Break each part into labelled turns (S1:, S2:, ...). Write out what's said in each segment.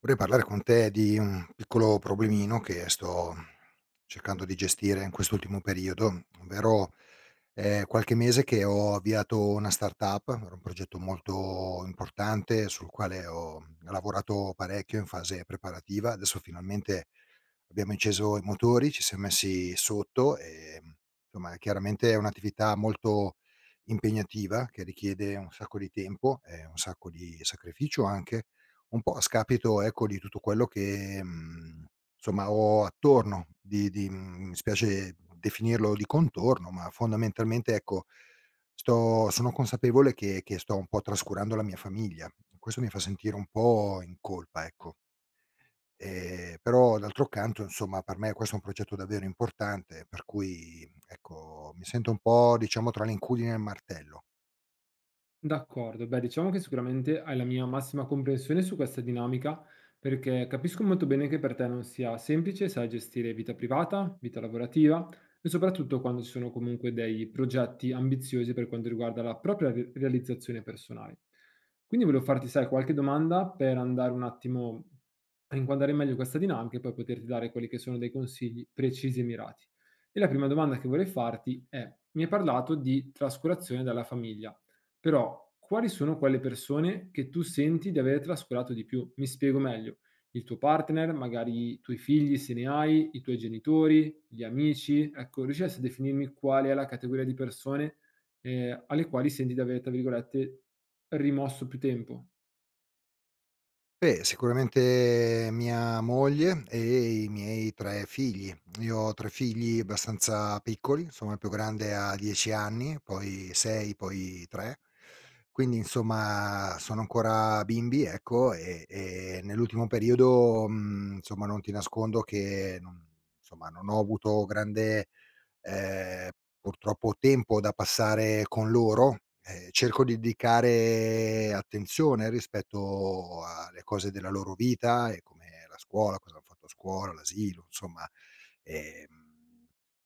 S1: Vorrei parlare con te di un piccolo problemino che sto cercando di gestire in quest'ultimo periodo, ovvero è qualche mese che ho avviato una startup, era un progetto molto importante sul quale ho lavorato parecchio in fase preparativa. Adesso finalmente abbiamo inceso i motori, ci siamo messi sotto e insomma chiaramente è un'attività molto impegnativa che richiede un sacco di tempo e un sacco di sacrificio anche un po' a scapito, ecco, di tutto quello che, insomma ho attorno di, mi spiace definirlo di contorno, ma fondamentalmente, ecco, sto sono consapevole che sto un po' trascurando la mia famiglia. Questo mi fa sentire un po' in colpa, ecco. Però d'altro canto, insomma, per me questo è un progetto davvero importante, per cui, ecco, mi sento un po', diciamo, tra l'incudine e il martello.
S2: D'accordo, beh diciamo che sicuramente hai la mia massima comprensione su questa dinamica, perché capisco molto bene che per te non sia semplice, sai, gestire vita privata, vita lavorativa e soprattutto quando ci sono comunque dei progetti ambiziosi per quanto riguarda la propria realizzazione personale. Quindi volevo farti, sai, qualche domanda per andare un attimo a inquadrare meglio questa dinamica e poi poterti dare quelli che sono dei consigli precisi e mirati. E la prima domanda che vorrei farti è, mi hai parlato di trascurazione dalla famiglia. Però quali sono quelle persone che tu senti di aver trascurato di più? Mi spiego meglio. Il tuo partner, magari i tuoi figli se ne hai, i tuoi genitori, gli amici, ecco, riusciresti a definirmi qual è la categoria di persone, alle quali senti di aver, tra virgolette, "rimosso più tempo"?
S1: Beh, sicuramente mia moglie e i miei 3 figli. Io ho 3 figli abbastanza piccoli, insomma il più grande ha 10 anni, poi 6, poi 3. Quindi insomma sono ancora bimbi, ecco, e nell'ultimo periodo, insomma non ti nascondo che non ho avuto grande ehm, purtroppo tempo da passare con loro. Cerco di dedicare attenzione rispetto alle cose della loro vita e come la scuola, cosa han fatto a scuola, l'asilo, insomma, ehm,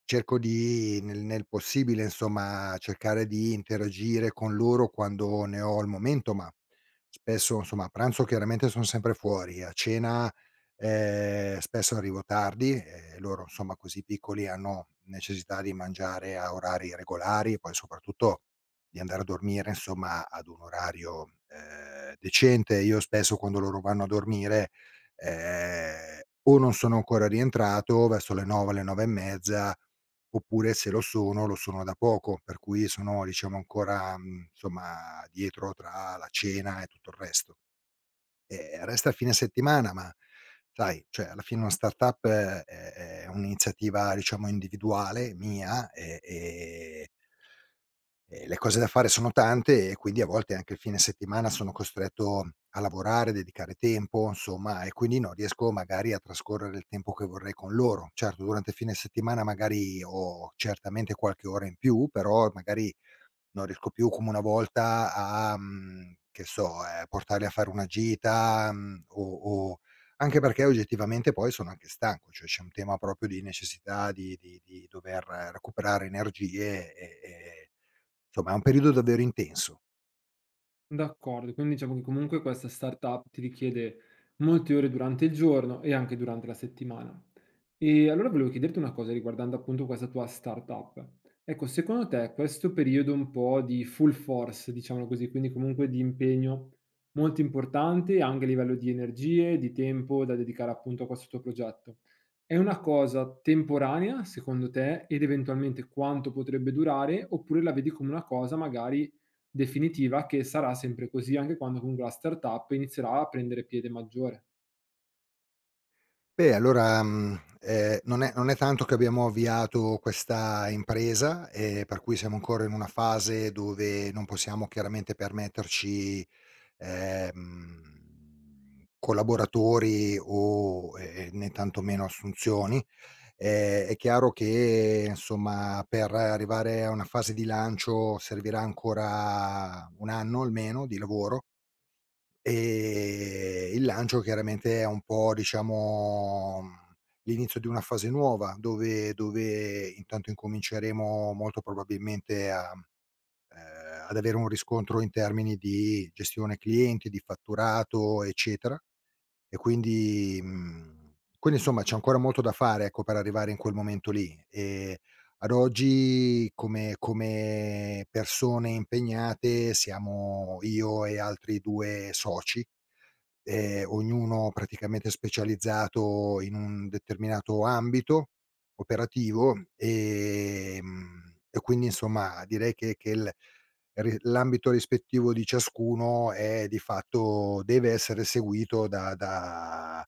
S1: cerco di nel possibile, insomma, cercare di interagire con loro quando ne ho il momento, ma spesso, insomma, a pranzo chiaramente son sempre fuori, a cena. Spesso arrivo tardi e loro insomma così piccoli hanno necessità di mangiare a orari regolari e poi soprattutto di andare a dormire insomma ad un orario, decente. Io spesso quando loro vanno a dormire, ehm, o non sono ancora rientrato verso le 9, le 9 e mezza, oppure se lo sono, lo sono da poco, per cui sono diciamo ancora, insomma dietro tra la cena e tutto il resto. Resta il fine settimana, ma sai, cioè alla fine una startup è un'iniziativa, diciamo, individuale mia, e le cose da fare sono tante e quindi a volte anche il fine settimana sono costretto a lavorare, dedicare tempo, insomma, e quindi non riesco magari a trascorrere il tempo che vorrei con loro. Certo, durante il fine settimana magari ho certamente qualche ora in più, però magari non riesco più come una volta a che so, portarli a fare una gita, o anche perché oggettivamente poi sono anche stanco, cioè c'è un tema proprio di necessità di dover recuperare energie e insomma è un periodo davvero intenso.
S2: D'accordo, quindi diciamo che comunque questa startup ti richiede molte ore durante il giorno e anche durante la settimana. E allora volevo chiederti una cosa riguardando appunto questa tua startup. Ecco, secondo te questo periodo un po' di full force, diciamo così, quindi comunque di impegno molto importante anche a livello di energie, di tempo da dedicare appunto a questo tuo progetto, è una cosa temporanea secondo te ed eventualmente quanto potrebbe durare oppure la vedi come una cosa magari definitiva che sarà sempre così anche quando comunque la startup inizierà a prendere piede maggiore.
S1: Beh, allora, non è tanto che abbiamo avviato questa impresa, per cui siamo ancora in una fase dove non possiamo chiaramente permetterci ehm, collaboratori o, né tantomeno assunzioni. È chiaro che insomma per arrivare a una fase di lancio servirà ancora 1 anno almeno di lavoro. Il lancio chiaramente è un po' diciamo, l'inizio di una fase nuova dove intanto incominceremo molto probabilmente a ad avere un riscontro in termini di gestione clienti, di fatturato, eccetera. E quindi quindi insomma c'è ancora molto da fare, ecco, per arrivare in quel momento lì. Ad oggi come persone impegnate siamo io e altri 2 soci. Ognuno praticamente specializzato in un determinato ambito operativo, e quindi insomma direi che il ri l'ambito rispettivo di ciascuno è di fatto deve essere seguito da da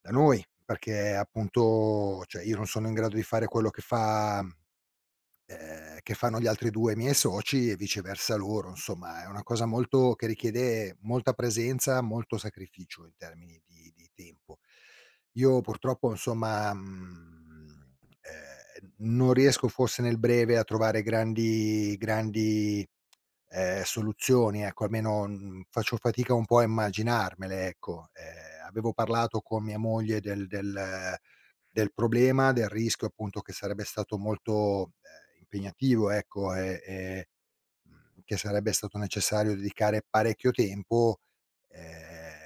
S1: da noi, perché appunto, cioè io non sono in grado di fare quello che fa, che fanno gli altri 2 miei soci e viceversa loro, insomma è una cosa molto che richiede molta presenza, molto sacrificio in termini di tempo. Io purtroppo insomma, non riesco forse nel breve a trovare soluzioni, ecco, almeno, faccio fatica un po' a immaginarmele, ecco. Avevo parlato con mia moglie del problema, del rischio appunto che sarebbe stato molto, impegnativo ecco, e che sarebbe stato necessario dedicare parecchio tempo. ehm,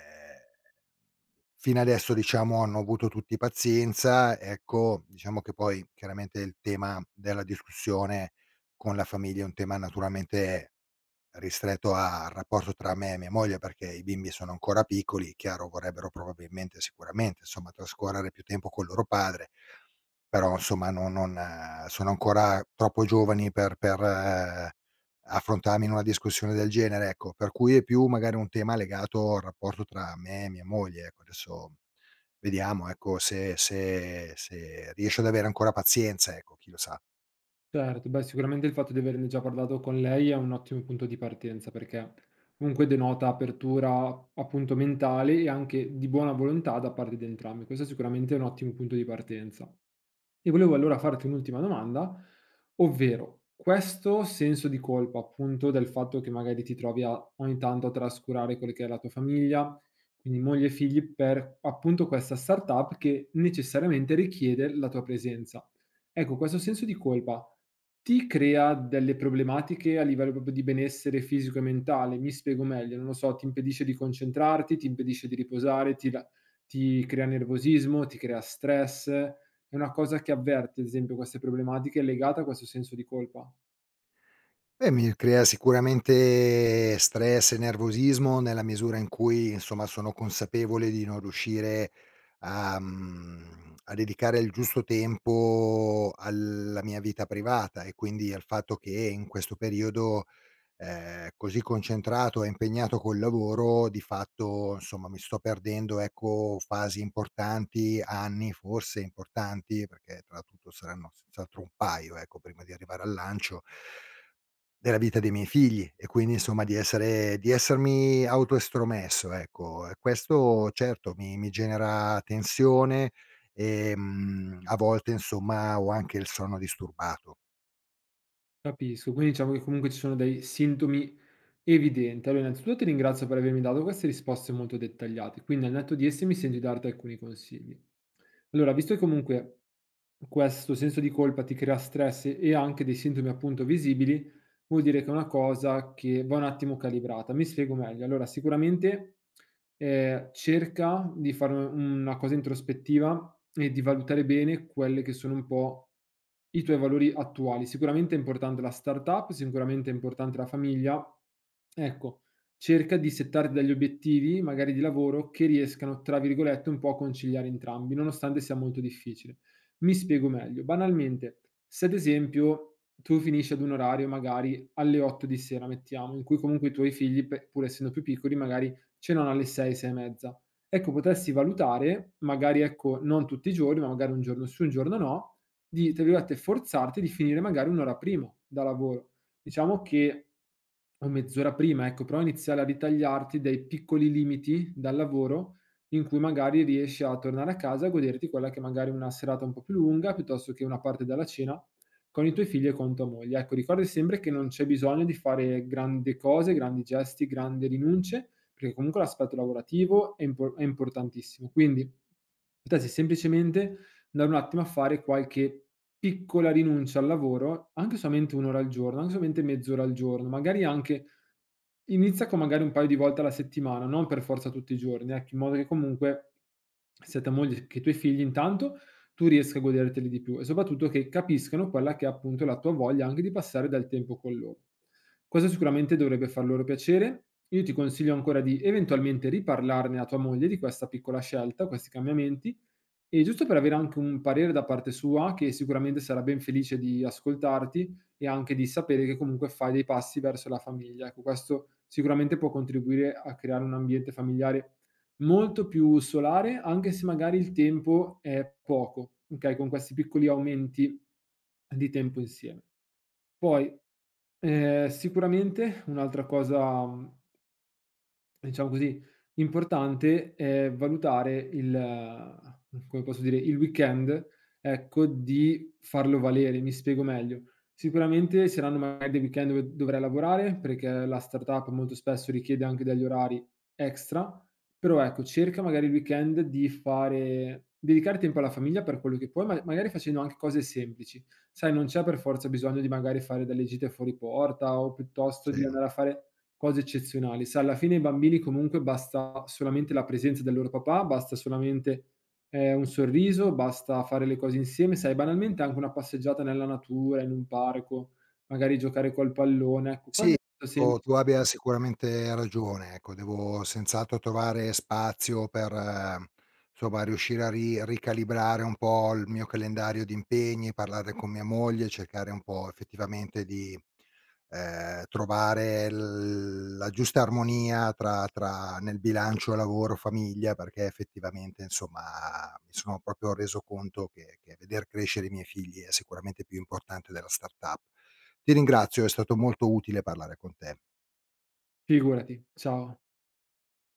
S1: Fino adesso diciamo hanno avuto tutti pazienza, ecco, diciamo che poi chiaramente il tema della discussione con la famiglia è un tema naturalmente ristretto al rapporto tra me e mia moglie, perché i bimbi sono ancora piccoli, chiaro vorrebbero probabilmente sicuramente, insomma, trascorrere più tempo col loro padre, però insomma non sono ancora troppo giovani per affrontarmi in una discussione del genere, ecco. Per cui è più magari un tema legato al rapporto tra me e mia moglie, ecco. Adesso vediamo, ecco, se riesce ad avere ancora pazienza, ecco, chi lo sa.
S2: Certo, beh sicuramente il fatto di averne già parlato con lei è un ottimo punto di partenza, perché comunque denota apertura appunto mentale e anche di buona volontà da parte di entrambi. Questo sicuramente è sicuramente un ottimo punto di partenza. E volevo allora farti un'ultima domanda, ovvero questo senso di colpa, appunto, del fatto che magari ti trovi a ogni tanto a trascurare quella che è la tua famiglia, quindi moglie e figli, per appunto questa startup che necessariamente richiede la tua presenza. Ecco, questo senso di colpa ti crea delle problematiche a livello proprio di benessere fisico e mentale, mi spiego meglio, non lo so, ti impedisce di concentrarti, ti impedisce di riposare, ti crea nervosismo, ti crea stress è una cosa che avverte, ad esempio, queste problematiche legata a questo senso di colpa.
S1: Beh, mi crea sicuramente stress e nervosismo nella misura in cui, insomma, sono consapevole di non riuscire a dedicare il giusto tempo alla mia vita privata e quindi al fatto che in questo periodo, così concentrato e impegnato col lavoro, di fatto, insomma, mi sto perdendo, ecco, fasi importanti, anni forse importanti, perché tra tutto saranno senz'altro un paio, ecco, prima di arrivare al lancio. Della vita dei miei figli e quindi insomma di essermi autoestromesso, ecco. E questo certo mi genera tensione. A volte insomma ho anche il sonno disturbato.
S2: Capisco, quindi diciamo che comunque ci sono dei sintomi evidenti. Allora, innanzitutto ti ringrazio per avermi dato queste risposte molto dettagliate, quindi al netto di esse mi sento di darti alcuni consigli. Allora, visto che comunque questo senso di colpa ti crea stress e anche dei sintomi appunto visibili, vuol dire che è una cosa che va un attimo calibrata. Mi spiego meglio. Allora, sicuramente cerca di fare una cosa introspettiva e di valutare bene quelle che sono un po' i tuoi valori attuali. Sicuramente è importante la startup, sicuramente è importante la famiglia. Ecco, cerca di settarti degli obiettivi, magari di lavoro, che riescano, tra virgolette, un po' a conciliare entrambi, nonostante sia molto difficile. Mi spiego meglio. Banalmente, se ad esempio tu finisci ad un orario magari alle 20:00 di sera, mettiamo, in cui comunque i tuoi figli, pe pur essendo più piccoli, magari cenano alle 6, 6 e mezza. Ecco, potresti valutare, magari ecco, non tutti i giorni, ma magari un giorno sì, un giorno no, di, tra virgolette, forzarti di finire magari un'ora prima da lavoro. Diciamo che o mezz'ora prima, ecco, però iniziare a ritagliarti dei piccoli limiti dal lavoro in cui magari riesci a tornare a casa e goderti quella che magari è una serata un po' più lunga, piuttosto che una parte della cena con i tuoi figli e con tua moglie. Ecco, ricorda sempre che non c'è bisogno di fare grandi cose, grandi gesti, grandi rinunce, perché comunque l'aspetto lavorativo è, è importantissimo. Quindi potresti semplicemente andare un attimo a fare qualche piccola rinuncia al lavoro, anche solamente un'ora al giorno, anche solamente mezz'ora al giorno, magari anche inizia con magari un paio di volte alla settimana, non per forza tutti i giorni, ecco, in modo che comunque sia tua moglie che i tuoi figli intanto tu riesca a goderteli di più e soprattutto che capiscano quella che è appunto la tua voglia anche di passare del tempo con loro. Cosa sicuramente dovrebbe far loro piacere? Io ti consiglio ancora di eventualmente riparlarne a tua moglie di questa piccola scelta, questi cambiamenti, e giusto per avere anche un parere da parte sua, che sicuramente sarà ben felice di ascoltarti e anche di sapere che comunque fai dei passi verso la famiglia. Ecco, questo sicuramente può contribuire a creare un ambiente familiare molto più solare, anche se magari il tempo è poco, okay, con questi piccoli aumenti di tempo insieme. Poi, sicuramente un'altra cosa diciamo così, importante è valutare il come posso dire, il weekend, ecco, di farlo valere. Mi spiego meglio: sicuramente ci saranno magari dei weekend dove dovrai lavorare, perché la startup molto spesso richiede anche degli orari extra, però ecco, cerca magari il weekend di fare dedicare tempo alla famiglia per quello che puoi, ma magari facendo anche cose semplici. Sai, non c'è per forza bisogno di magari fare delle gite fuori porta o piuttosto
S1: Sì.
S2: di andare a fare cose eccezionali. Se alla fine ai bambini comunque basta solamente la presenza del loro papà, basta solamente un sorriso, basta fare le cose insieme, sai, banalmente anche una passeggiata nella natura, in un parco, magari giocare col pallone, ecco, cose
S1: Sì,
S2: molto
S1: tu
S2: semplici.
S1: tu abbia sicuramente ragione, ecco, devo senz'altro trovare spazio per, insomma, riuscire a ri ricalibrare un po' il mio calendario di impegni, parlare con mia moglie, cercare un po' effettivamente di, trovare l la giusta armonia tra nel bilancio lavoro-famiglia, perché effettivamente, insomma, mi sono proprio reso conto che veder crescere i miei figli è sicuramente più importante della startup. Ti ringrazio, è stato molto utile parlare con te.
S2: Figurati, ciao.